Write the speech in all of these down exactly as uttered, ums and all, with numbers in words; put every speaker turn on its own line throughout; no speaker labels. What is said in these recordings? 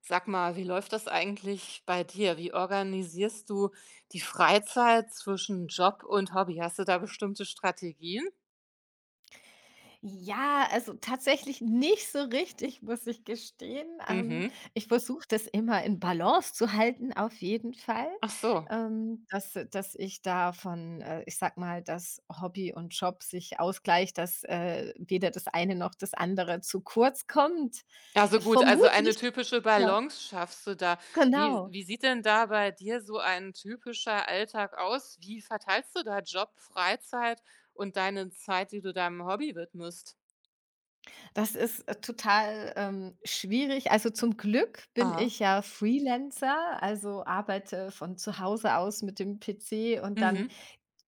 Sag mal, wie läuft das eigentlich bei dir? Wie organisierst du die Freizeit zwischen Job und Hobby? Hast du da bestimmte Strategien?
Ja, also tatsächlich nicht so richtig, muss ich gestehen. Ähm,
Mhm.
ich versuche das immer in Balance zu halten, auf jeden Fall,
Ach so.
ähm, dass äh, dass ich da von, äh ich sag mal, dass Hobby und Job sich ausgleicht, dass, äh, weder das eine noch das andere zu kurz kommt.
Also gut, also eine
Vermutlich
typische
ja,
Balance schaffst du da. Wie,
genau.
wie sieht denn da bei dir so ein typischer Alltag aus? Wie verteilst du da Job, Freizeit und deine Zeit, die du deinem Hobby widmest?
Das ist, äh, total, ähm, schwierig. Also, zum Glück bin
Ah.
ich ja Freelancer, also arbeite von zu Hause aus mit dem P C und dann
Mhm.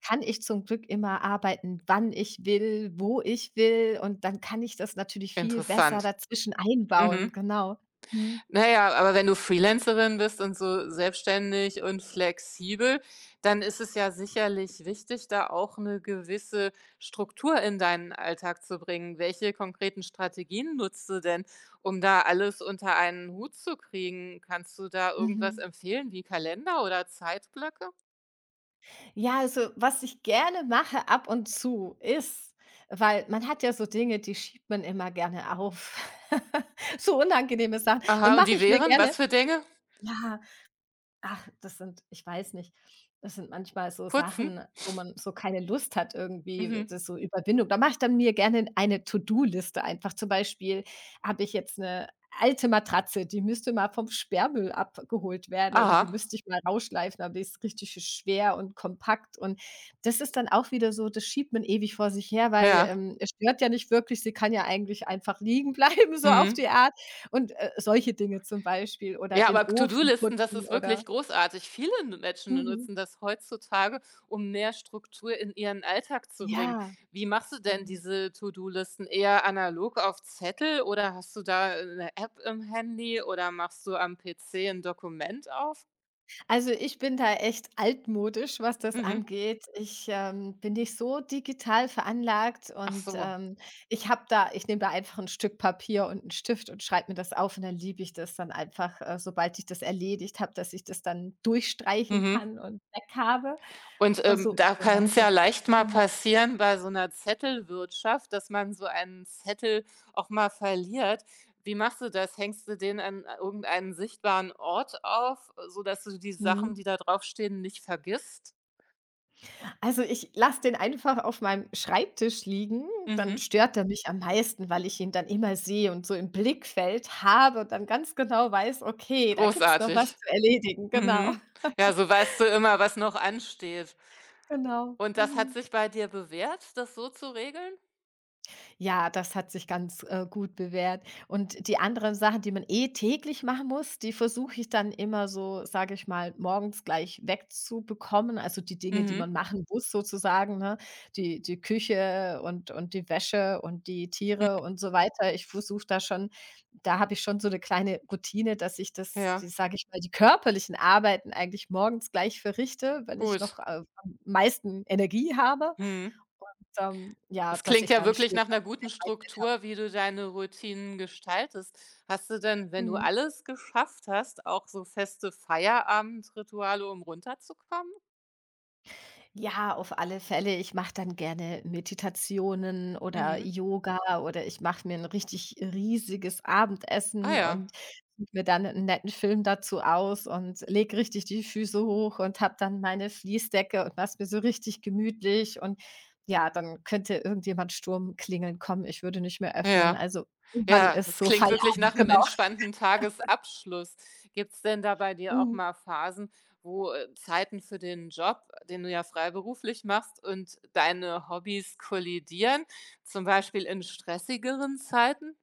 kann ich zum Glück immer arbeiten, wann ich will, wo ich will, und dann kann ich das natürlich viel besser
Interessant.
dazwischen einbauen,
Mhm.
genau. Mhm.
Na ja, aber wenn du Freelancerin bist und so selbstständig und flexibel, dann ist es ja sicherlich wichtig, da auch eine gewisse Struktur in deinen Alltag zu bringen. Welche konkreten Strategien nutzt du denn, um da alles unter einen Hut zu kriegen? Kannst du da irgendwas
Mhm.
empfehlen wie Kalender oder Zeitblöcke?
Ja, also, was ich gerne mache ab und zu ist, weil man hat ja so Dinge, die schiebt man immer gerne auf. So unangenehme Sachen. Dann
Aha, und
mache
die
ich mir
wären
gerne,
was für Dinge?
ja. Ach, das sind, ich weiß nicht, das sind manchmal so
Putzen?
Sachen, wo man so keine Lust hat irgendwie, das
Mhm.
ist so Überwindung. Da mache ich dann mir gerne eine To-do-Liste einfach. Zum Beispiel habe ich jetzt eine alte Matratze, die müsste mal vom Sperrmüll abgeholt werden oder die
Aha,
müsste ich mal rausschleifen, aber die ist richtig schön schwer und kompakt. Und das ist dann auch wieder so, das schiebt man ewig vor sich her, weil,
ja.
ähm, es stört ja nicht wirklich, sie kann ja eigentlich einfach liegen bleiben, so auf
Mhm.
die Art. Und, äh, solche Dinge zum Beispiel oder
Ja,
den
aber
Ofen
To-do-Listen, das
putzen
ist
oder.
wirklich großartig. Viele Menschen
Mhm.
nutzen das heutzutage, um mehr Struktur in ihren Alltag zu bringen.
Ja.
Wie machst du denn
Mhm.
diese To-do-Listen? Eher analog auf Zettel oder hast du da, eine App im Handy oder machst du am P C ein Dokument auf?
Also, ich bin da echt altmodisch, was das
Mhm.
angeht. Ich, ähm, bin nicht so digital veranlagt
Ach
und,
so.
ähm, ich habe da, ich nehme da einfach ein Stück Papier und einen Stift und schreibe mir das auf und dann liebe ich das dann einfach, äh, sobald ich das erledigt habe, dass ich das dann durchstreichen
Mhm.
kann und weg habe.
Und,
Äh,
ähm,
so
da
so
kann
mache ich
es
das.
ja leicht mal
Mhm.
passieren bei so einer Zettelwirtschaft, dass man so einen Zettel auch mal verliert. Wie machst du das? Hängst du den an irgendeinen sichtbaren Ort auf, sodass du die Sachen,
Mhm.
die da draufstehen, nicht vergisst?
Also, ich lasse den einfach auf meinem Schreibtisch liegen, dann
Mhm.
stört er mich am meisten, weil ich ihn dann immer sehe und so im Blickfeld habe und dann ganz genau weiß: „Okay, da gibt's noch was
Großartig.
zu erledigen.“ Genau,
Mhm. Ja, so weißt du immer, was noch ansteht.
genau.
Und das hat
Mhm.
sich bei dir bewährt, das so zu regeln?
Ja, das hat sich ganz, äh, gut bewährt. Und die anderen Sachen, die man eh täglich machen muss, die versuche ich dann immer so, sage ich mal, morgens gleich wegzubekommen. Also die Dinge, die man
Mhm.
machen muss sozusagen, ne? Die, die Küche und und die Wäsche und die
Hm.
Tiere und so weiter. Ich versuche da schon, da habe ich schon so eine kleine Routine, dass ich das,
Ja,
die, sage ich mal, die körperlichen Arbeiten eigentlich morgens gleich verrichte, wenn ich
gut.
noch, äh, am meisten Energie habe
Mhm.
und, ähm, ja,
Das
dass
klingt
ich
ja
dann
wirklich
später
nach einer guten
Freizeit habe.
Struktur, wie du deine Routinen gestaltest. Hast du denn, wenn du
Mhm.
alles geschafft hast, auch so feste Feierabendrituale, um runterzukommen?
Ja, auf alle Fälle. Ich mache dann gerne Meditationen oder
Mhm.
Yoga oder ich mache mir ein richtig riesiges
Ah
Abendessen
ja.
und suche mir dann einen netten Film dazu aus und lege richtig die Füße hoch und habe dann meine Fließdecke und mach's mir so richtig gemütlich und ja, dann könnte irgendjemand Sturm klingeln kommen. Ich würde nicht mehr öffnen.
Ja.
Also, irgendwann
Ja,
ist
das
so
klingt wirklich nach
Feierabend,
einem
genau.
entspannten Tagesabschluss. Gibt's denn da bei dir auch
Mhm.
mal Phasen, wo, äh, Zeiten für den Job, den du ja freiberuflich machst, und deine Hobbys kollidieren, zum Beispiel in stressigeren Zeiten?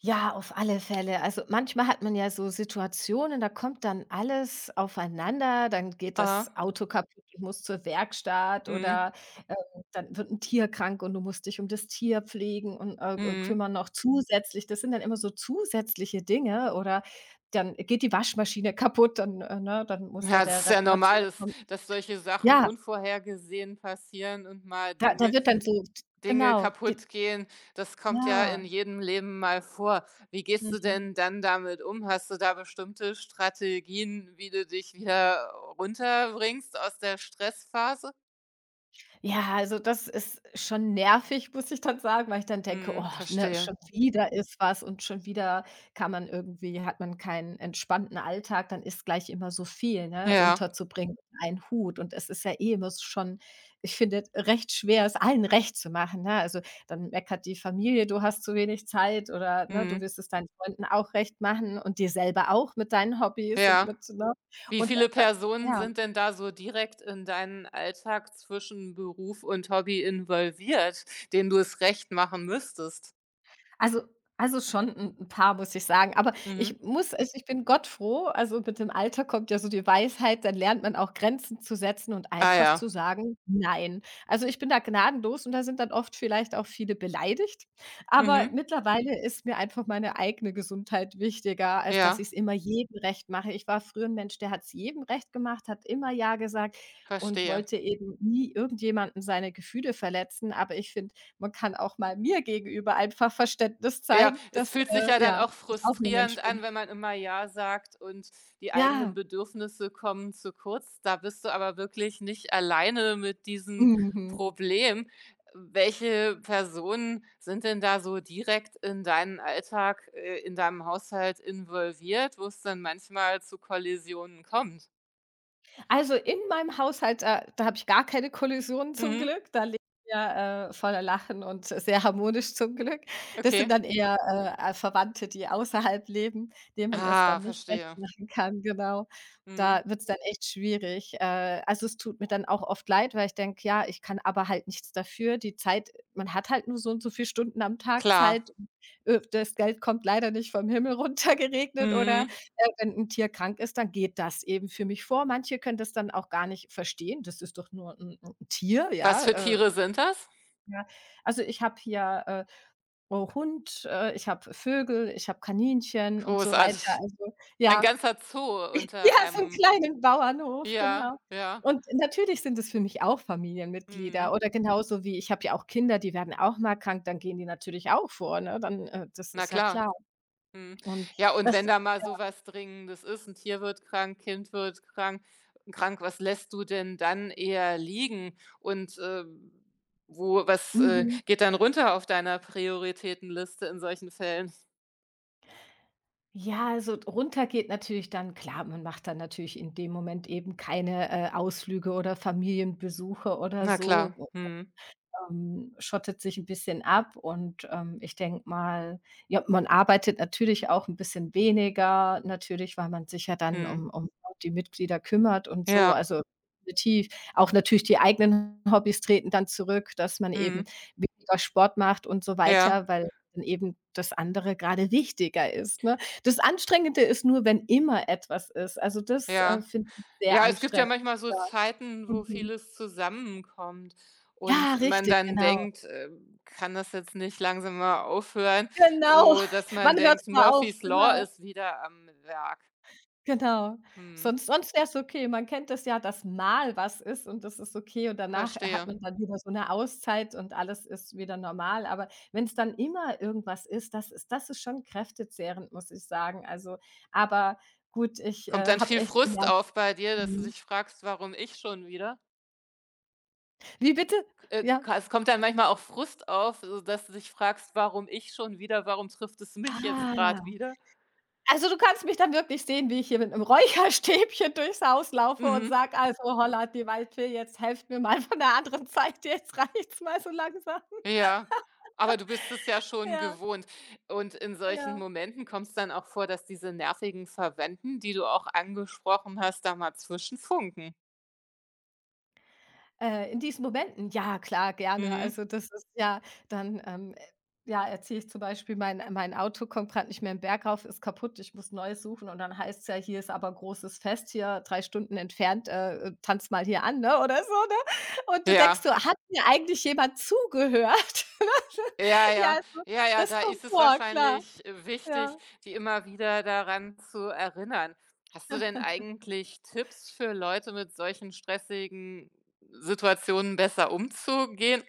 Ja, auf alle Fälle. Also manchmal hat man ja so Situationen, da kommt dann alles aufeinander, dann geht das
Ah.
Auto kaputt, ich muss zur Werkstatt
Mhm.
oder ähm, dann wird ein Tier krank und du musst dich um das Tier pflegen und äh, äh,
Mhm.
kümmern noch zusätzlich. Das sind dann immer so zusätzliche Dinge oder dann geht die Waschmaschine kaputt, dann, äh, ne, dann muss da
Ja, das
der
ist ja
Reparateur
normal, dass
kommen.
dass solche Sachen
Ja,
unvorhergesehen passieren und mal
da, da
Dinge
wird dann so,
Dinge
genau, die,
kaputt gehen. Das kommt ja
ja.
in jedem Leben mal vor. Wie gehst du
Mhm.
denn dann damit um? Hast du da bestimmte Strategien, wie du dich wieder runterbringst aus der Stressphase?
Ja, also das ist schon nervig, muss ich dann sagen, weil ich dann denke: „Oh,
Mhm,
ne,
verstehe.
schon wieder ist was und schon wieder kann man, irgendwie hat man keinen entspannten Alltag, dann ist gleich immer so viel, ne,
Ja,
unterzubringen ein Hut.“ Und es ist ja eh immer so schon, ich finde, recht schwer, es allen recht zu machen, ne? Also, dann meckert die Familie, du hast zu wenig Zeit oder, ne, du
mhm,
willst es deinen Freunden auch recht machen und dir selber auch mit deinen Hobbys und
ja.
mit, ne?
Wie
Und da
viele
da
Personen
ja.
sind denn da so direkt in deinen Alltag zwischen Beruf und Hobby involviert, denen du es recht machen müsstest?
Also also schon ein 'n paar, muss ich sagen. Aber ich
Mhm.
muss, also, ich bin gottfroh, also mit dem Alter kommt ja so die Weisheit, dann lernt man auch Grenzen zu setzen und
Ah
einfach zu
ja.
sagen: „Nein.“ Also, ich bin da gnadenlos und da sind dann oft vielleicht auch viele beleidigt. Aber
Mhm.
mittlerweile ist mir einfach meine eigene Gesundheit wichtiger, als dass ich es
Ja,
immer jedem recht mache. Ich war früher ein Mensch, der hat es jedem recht gemacht, hat immer „ja“ gesagt und
verstehe.
wollte eben nie irgendjemanden seine Gefühle verletzen. Aber ich finde, man kann auch mal mir gegenüber einfach Verständnis
Ja,
zeigen,
es
dass,
fühlt sich ja
äh,
dann
ja,
auch
ich auch nur Mensch
frustrierend an,
bin.
wenn man immer „ja“ sagt und die eigenen
Ja,
Bedürfnisse kommen zu kurz. Da bist du aber wirklich nicht alleine mit diesem
mhm.
Problem. Welche Personen sind denn da so direkt in deinen Alltag, äh, in deinem Haushalt involviert, wo es dann manchmal zu Kollisionen kommt?
Also, in meinem Haushalt, da da habe ich gar keine Kollisionen zum
Mhm.
Glück. Da leben wir, äh, voller Lachen und sehr harmonisch zum Glück. Das sind
Okay.
dann eher, äh, äh, Verwandte, die außerhalb leben, denen man es dann
Ah,
nicht recht
verstehe.
machen kann, genau.
Mhm.
Da wird es dann echt schwierig. Äh, also, es tut mir dann auch oft leid, weil ich denke: „Ja, ich kann aber halt nichts dafür.“ Die Zeit, man hat halt nur so und so viel Stunden am Tag Zeit.
Klar.
Äh, das Geld kommt leider nicht vom Himmel runter geregnet oder
Mhm.
äh, wenn ein Tier krank ist, dann geht das eben für mich vor. Manche können das dann auch gar nicht verstehen. Das ist doch nur ein 'n Tier,
Was für
ja, äh,
Tiere sind das?
ja. Also, ich habe hier, äh, oh, Hund, äh, ich habe Vögel, ich habe Kaninchen und so weiter.
Großartig.
Also,
Ein
ja.
ganzer Zoo
Ja,
unter
so einen
einem
kleinen Bauernhof,
ja,
genau.
ja.
Und natürlich sind es für mich auch Familienmitglieder
Mhm.
oder genauso wie, ich habe ja auch Kinder, die werden auch mal krank, dann gehen die natürlich auch vor, ne? Dann, äh das
Na
ist ja
klar.
klar.
Mhm.
Und
Ja, und
das
wenn da mal so was Dringendes ist, ein Tier wird krank, Kind wird krank krank, was lässt du denn dann eher liegen? Und, äh, wo was, äh,
mhm.
geht dann runter auf deiner Prioritätenliste in solchen Fällen?
Ja, also runter geht natürlich dann, klar, man macht dann natürlich in dem Moment eben keine, äh, Ausflüge oder Familienbesuche oder
Na
so,
klar. Mhm.
ähm, schottet sich ein bisschen ab und, ähm, ich denke mal, ja, man arbeitet natürlich auch ein bisschen weniger, natürlich, weil man sich ja dann
Mhm.
um um die Mitglieder kümmert und so,
Ja.
also definitiv. Auch natürlich die eigenen Hobbys treten dann zurück, dass man eben
Mhm.
weniger Sport macht und so
Ja.
weiter, weil dann eben das andere gerade wichtiger ist, ne? Das Anstrengende ist nur, wenn immer etwas ist. Also das, äh,
Ja.
finde ich sehr
Ja, es gibt ja
anstrengend.
manchmal so
Ja,
Zeiten, wo
mhm.
vieles zusammenkommt
Ja,
und man
richtig,
dann
genau.
denkt: „Äh, kann das jetzt nicht langsam mal aufhören?“
Genau.
So, dass man
Wann hört's
denkt,
mal auf?
Murphy's Law
Genau,
ist wieder am Werk.
genau.
Mhm,
Sonst sonst wär's okay. Man kennt das ja, dass mal was ist und das ist okay und danach hat
verstehe.
man dann wieder so 'ne Auszeit und alles ist wieder normal. Aber wenn's dann immer irgendwas ist, das ist das ist schon kräftezehrend, muss ich sagen. Also, aber gut, ich,
Kommt
äh,
dann
habe
viel
echt
Frust
gemerkt.
auf bei dir, dass du
Mhm.
dich fragst: „Warum ich schon wieder?“
Wie bitte?
äh,
Ja.
ka es kommt dann manchmal auch Frust auf, so dass du dich fragst: „Warum ich schon wieder? Warum trifft es mich jetzt gerade
Ah.
wieder?“
Also, du kannst mich dann wirklich sehen, wie ich hier mit 'nem Räucherstäbchen durchs Haus laufe und
Mhm.
sage: „Also, Holland, die Waldfee, jetzt helft mir mal von der anderen Seite, jetzt reicht's mal so langsam.“
Ja, aber du bist es ja schon
Ja,
gewohnt. Und in solchen
ja.
Momenten kommt es dann auch vor, dass diese nervigen Verwandten, die du auch angesprochen hast, da mal zwischenfunken.
Äh, in diesen Momenten, ja klar, gerne.
Mhm.
Also das ist ja dann, ähm, äh, ja, erzähle ich zum Beispiel, mein mein Auto kommt gerade nicht mehr im Berg rauf, ist kaputt, ich muss Neues suchen und dann heißt es ja, hier ist aber großes Fest, hier drei Stunden entfernt, äh, äh, tanz mal hier an, ne, oder so, ne? Und du denkst
Ja.
so: „Hat mir eigentlich jemand zugehört?“
Ja, ja.
Ja, so,
Ja, ja,
das
da
kommt
ist es
vor, klar,
wahrscheinlich, äh,
ja.
wichtig, die immer wieder daran zu erinnern. Hast du denn eigentlich Tipps für Leute, mit solchen stressigen Situationen besser umzugehen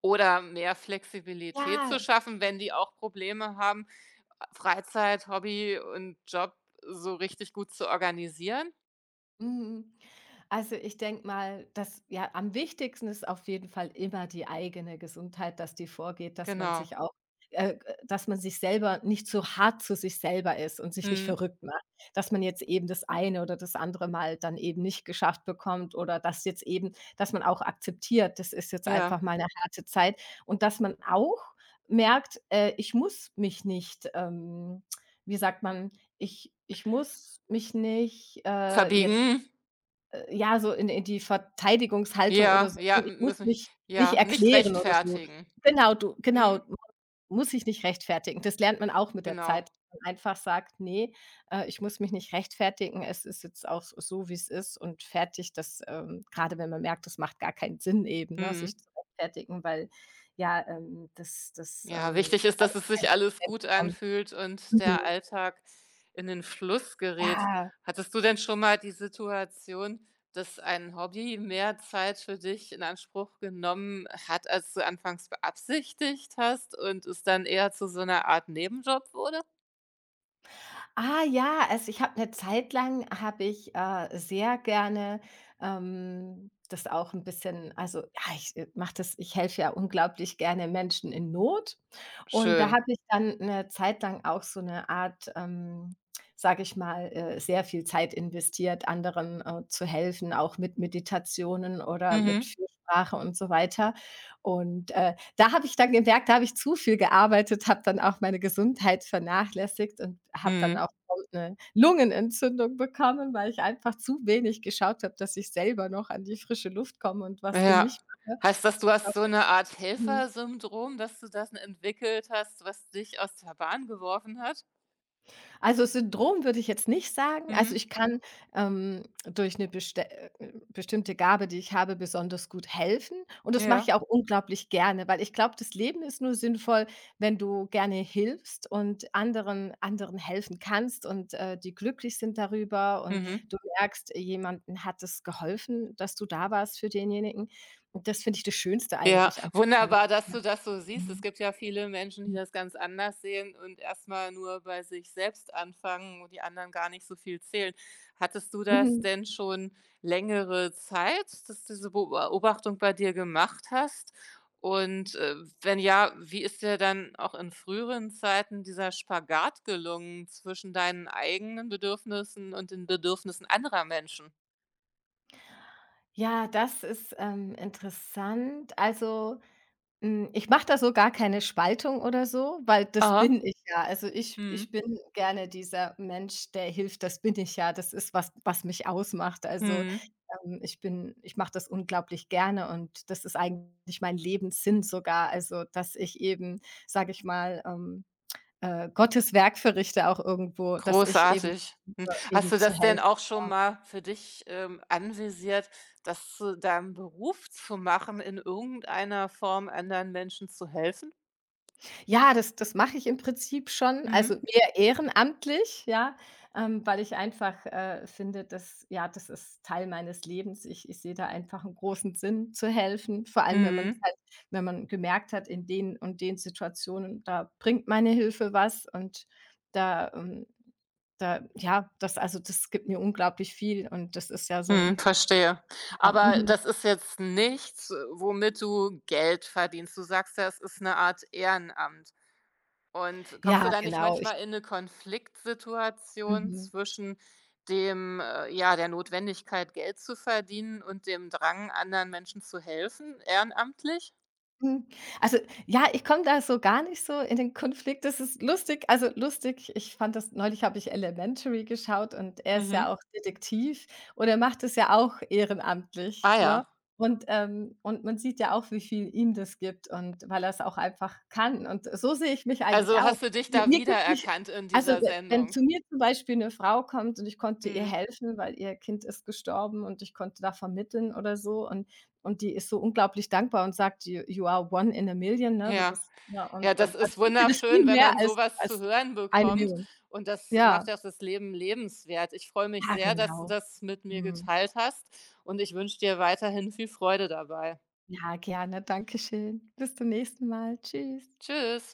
oder mehr Flexibilität
Ja.
zu schaffen, wenn die auch Probleme haben, Freizeit, Hobby und Job so richtig gut zu organisieren.
Mhm. Also, ich denke mal, dass, ja, am wichtigsten ist auf jeden Fall immer die eigene Gesundheit, dass die vorgeht, dass man
Genau.
sich auch äh, dass man sich selber nicht so hart zu sich selber ist und sich nicht
Mhm.
verrückt macht, dass man jetzt eben das eine oder das andere Mal dann eben nicht geschafft bekommt oder dass jetzt eben, dass man auch akzeptiert, das ist jetzt einfach
Ja.
mal eine harte Zeit und dass man auch merkt, äh, ich muss mich nicht, ähm wie sagt man, ich ich muss mich nicht, äh, jetzt
Verbiegen.
äh, ja, so in in die Verteidigungshaltung oder
Ja,
so.
ja,
Ich muss
müssen
mich nicht
ja, nicht
erklären oder so.
rechtfertigen.
Genau, du genau,
Mhm.
muss ich nicht rechtfertigen. Das lernt man auch mit der
Genau.
Zeit, dass man einfach sagt: nee, äh, ich muss mich nicht rechtfertigen. Es ist jetzt auch so, wie es ist und fertig.“ Das, ähm grade wenn man merkt, das macht gar keinen Sinn eben, ne,
Mhm.
sich zu rechtfertigen, weil ja, ähm, das das,
Ja,
ähm,
wichtig ist,
da
dass
eh
es
kein
sich alles
Verständnis
gut
kommt.
anfühlt und
Mhm.
der Alltag in den Fluss gerät.
Ja.
Hattest du denn schon mal die Situation, dass ein Hobby mehr Zeit für dich in Anspruch genommen hat, als du anfangs beabsichtigt hast und es dann eher zu so einer Art Nebenjob wurde?
Ah ja, also ich habe eine Zeit lang habe ich, äh, sehr gerne, ähm, das auch ein bisschen, also, ja, ich, äh, mache das, ich helfe ja unglaublich gerne Menschen in Not und da
Schön.
habe ich dann eine Zeit lang auch so eine Art, ähm, sage ich mal, äh, sehr viel Zeit investiert, anderen, äh, zu helfen, auch mit Meditationen oder mit
Mhm.
Fürsprache und so weiter und, äh da habe ich dann gemerkt, da habe ich zu viel gearbeitet, habe dann auch meine Gesundheit vernachlässigt und habe dann
Mhm.
auch eine Lungenentzündung bekommen, weil ich einfach zu wenig geschaut habe, dass ich selber noch an die frische Luft komme und was für
Ja.
mich mache.
Heißt das, du hast so eine Art Helfersyndrom, dass du das entwickelt hast, was dich aus der Bahn geworfen hat?
Also, Syndrom würde ich jetzt nicht sagen. Also,
Mhm.
ich kann, ähm, durch eine beste äh, bestimmte Gabe, die ich habe, besonders gut helfen und das mache
Ja.
ich auch unglaublich gerne, weil ich glaube, das Leben ist nur sinnvoll, wenn du gerne hilfst und anderen anderen helfen kannst und, äh, die glücklich sind darüber und
Mhm.
du merkst, jemandem hat es geholfen, dass du da warst für denjenigen. Und das finde ich das Schönste
Ja,
eigentlich am Leben.
wunderbar, dass
Ja.
du das so siehst. Es
Mhm.
gibt ja viele Menschen, die das ganz anders sehen und erst mal nur bei sich selbst anfangen, und die anderen gar nicht so viel zählen. Hattest du das
Mhm.
denn schon längere Zeit, dass du diese Beobachtung bei dir gemacht hast? Und, äh, wenn ja, wie ist dir dann auch in früheren Zeiten dieser Spagat gelungen zwischen deinen eigenen Bedürfnissen und den Bedürfnissen anderer Menschen?
Ja, das ist, ähm, interessant. Also, hm, ich mache da so gar keine Spaltung oder so, weil das bin
Aha.
ich ja. Also, ich
Hm,
ich bin gerne dieser Mensch, der hilft, das bin ich ja. Das ist was, was mich ausmacht. Also,
hm,
ähm, ich bin, ich mache das unglaublich gerne und das ist eigentlich mein Lebenssinn sogar. Also, dass ich eben, sage ich mal, ähm, äh, Gottes Werk verrichte auch irgendwo, dass ich eben
großartig.
versuche,
Hast
eben
du
zu
das
helfen.
denn auch schon mal für dich, ähm, anvisiert, das zu deinem Beruf zu machen, in irgendeiner Form anderen Menschen zu helfen?
Ja, das das mache ich im Prinzip schon, also
Mhm.
eher ehrenamtlich, ja, ähm, weil ich einfach, äh, finde, dass ja, das ist Teil meines Lebens. Ich ich sehe da einfach einen großen Sinn zu helfen, vor allem, wenn man
Mhm.
halt, wenn man gemerkt hat, in den und den Situationen, da bringt meine Hilfe was und da, ähm, da ja, das, also, das gibt mir unglaublich viel und das ist ja so
Mhm,
ein
verstehe.
ja,
Aber
mhm.
das ist jetzt nichts, äh, womit du Geld verdienst. Du sagst ja, es ist eine Art Ehrenamt. Und kommst du
Ja,
da nicht
genau, ich
manchmal in eine Konfliktsituation
mhm.
zwischen dem, äh ja, der Notwendigkeit, Geld zu verdienen und dem Drang, anderen Menschen zu helfen, ehrenamtlich?
Hm, also, ja, ich komme da so gar nicht so in den Konflikt. Das ist lustig. Also, lustig, ich fand, das neulich habe ich Elementary geschaut und er ist ja auch
Mhm.
Detektiv und er macht es ja auch ehrenamtlich,
Ah
ne?
ja.
Und, ähm und man sieht ja auch, wie viel ihm das gibt und weil er es auch einfach kann und so sehe ich mich eigentlich
Also,
auch.
hast du dich
Mir
da
mir gibt nicht,
wiedererkannt in
also,
dieser
we wenn
Sendung?
zu mir zum Beispiel eine Frau kommt und ich konnte ihr
Mhm.
helfen, weil ihr Kind ist gestorben und ich konnte da vermitteln oder so und und die ist so unglaublich dankbar und sagt: „You you are one in a million“, ne? Du
Ja.
bist ja,
Ja,
und
das
und dann
ist
bringt mir das viel
wunderschön, wenn
mehr
man
als
sowas zu
als
hören
eine
bekommt
Million.
und das
Ja,
macht ja auch das Leben lebenswert. Ich freue mich
ja,
sehr, dass du
genau.
das mit mir
Mhm.
geteilt hast und ich wünsche dir weiterhin viel Freude dabei.
Ja, gerne. Dankeschön. Bis zum nächsten Mal. Tschüss.
Tschüss.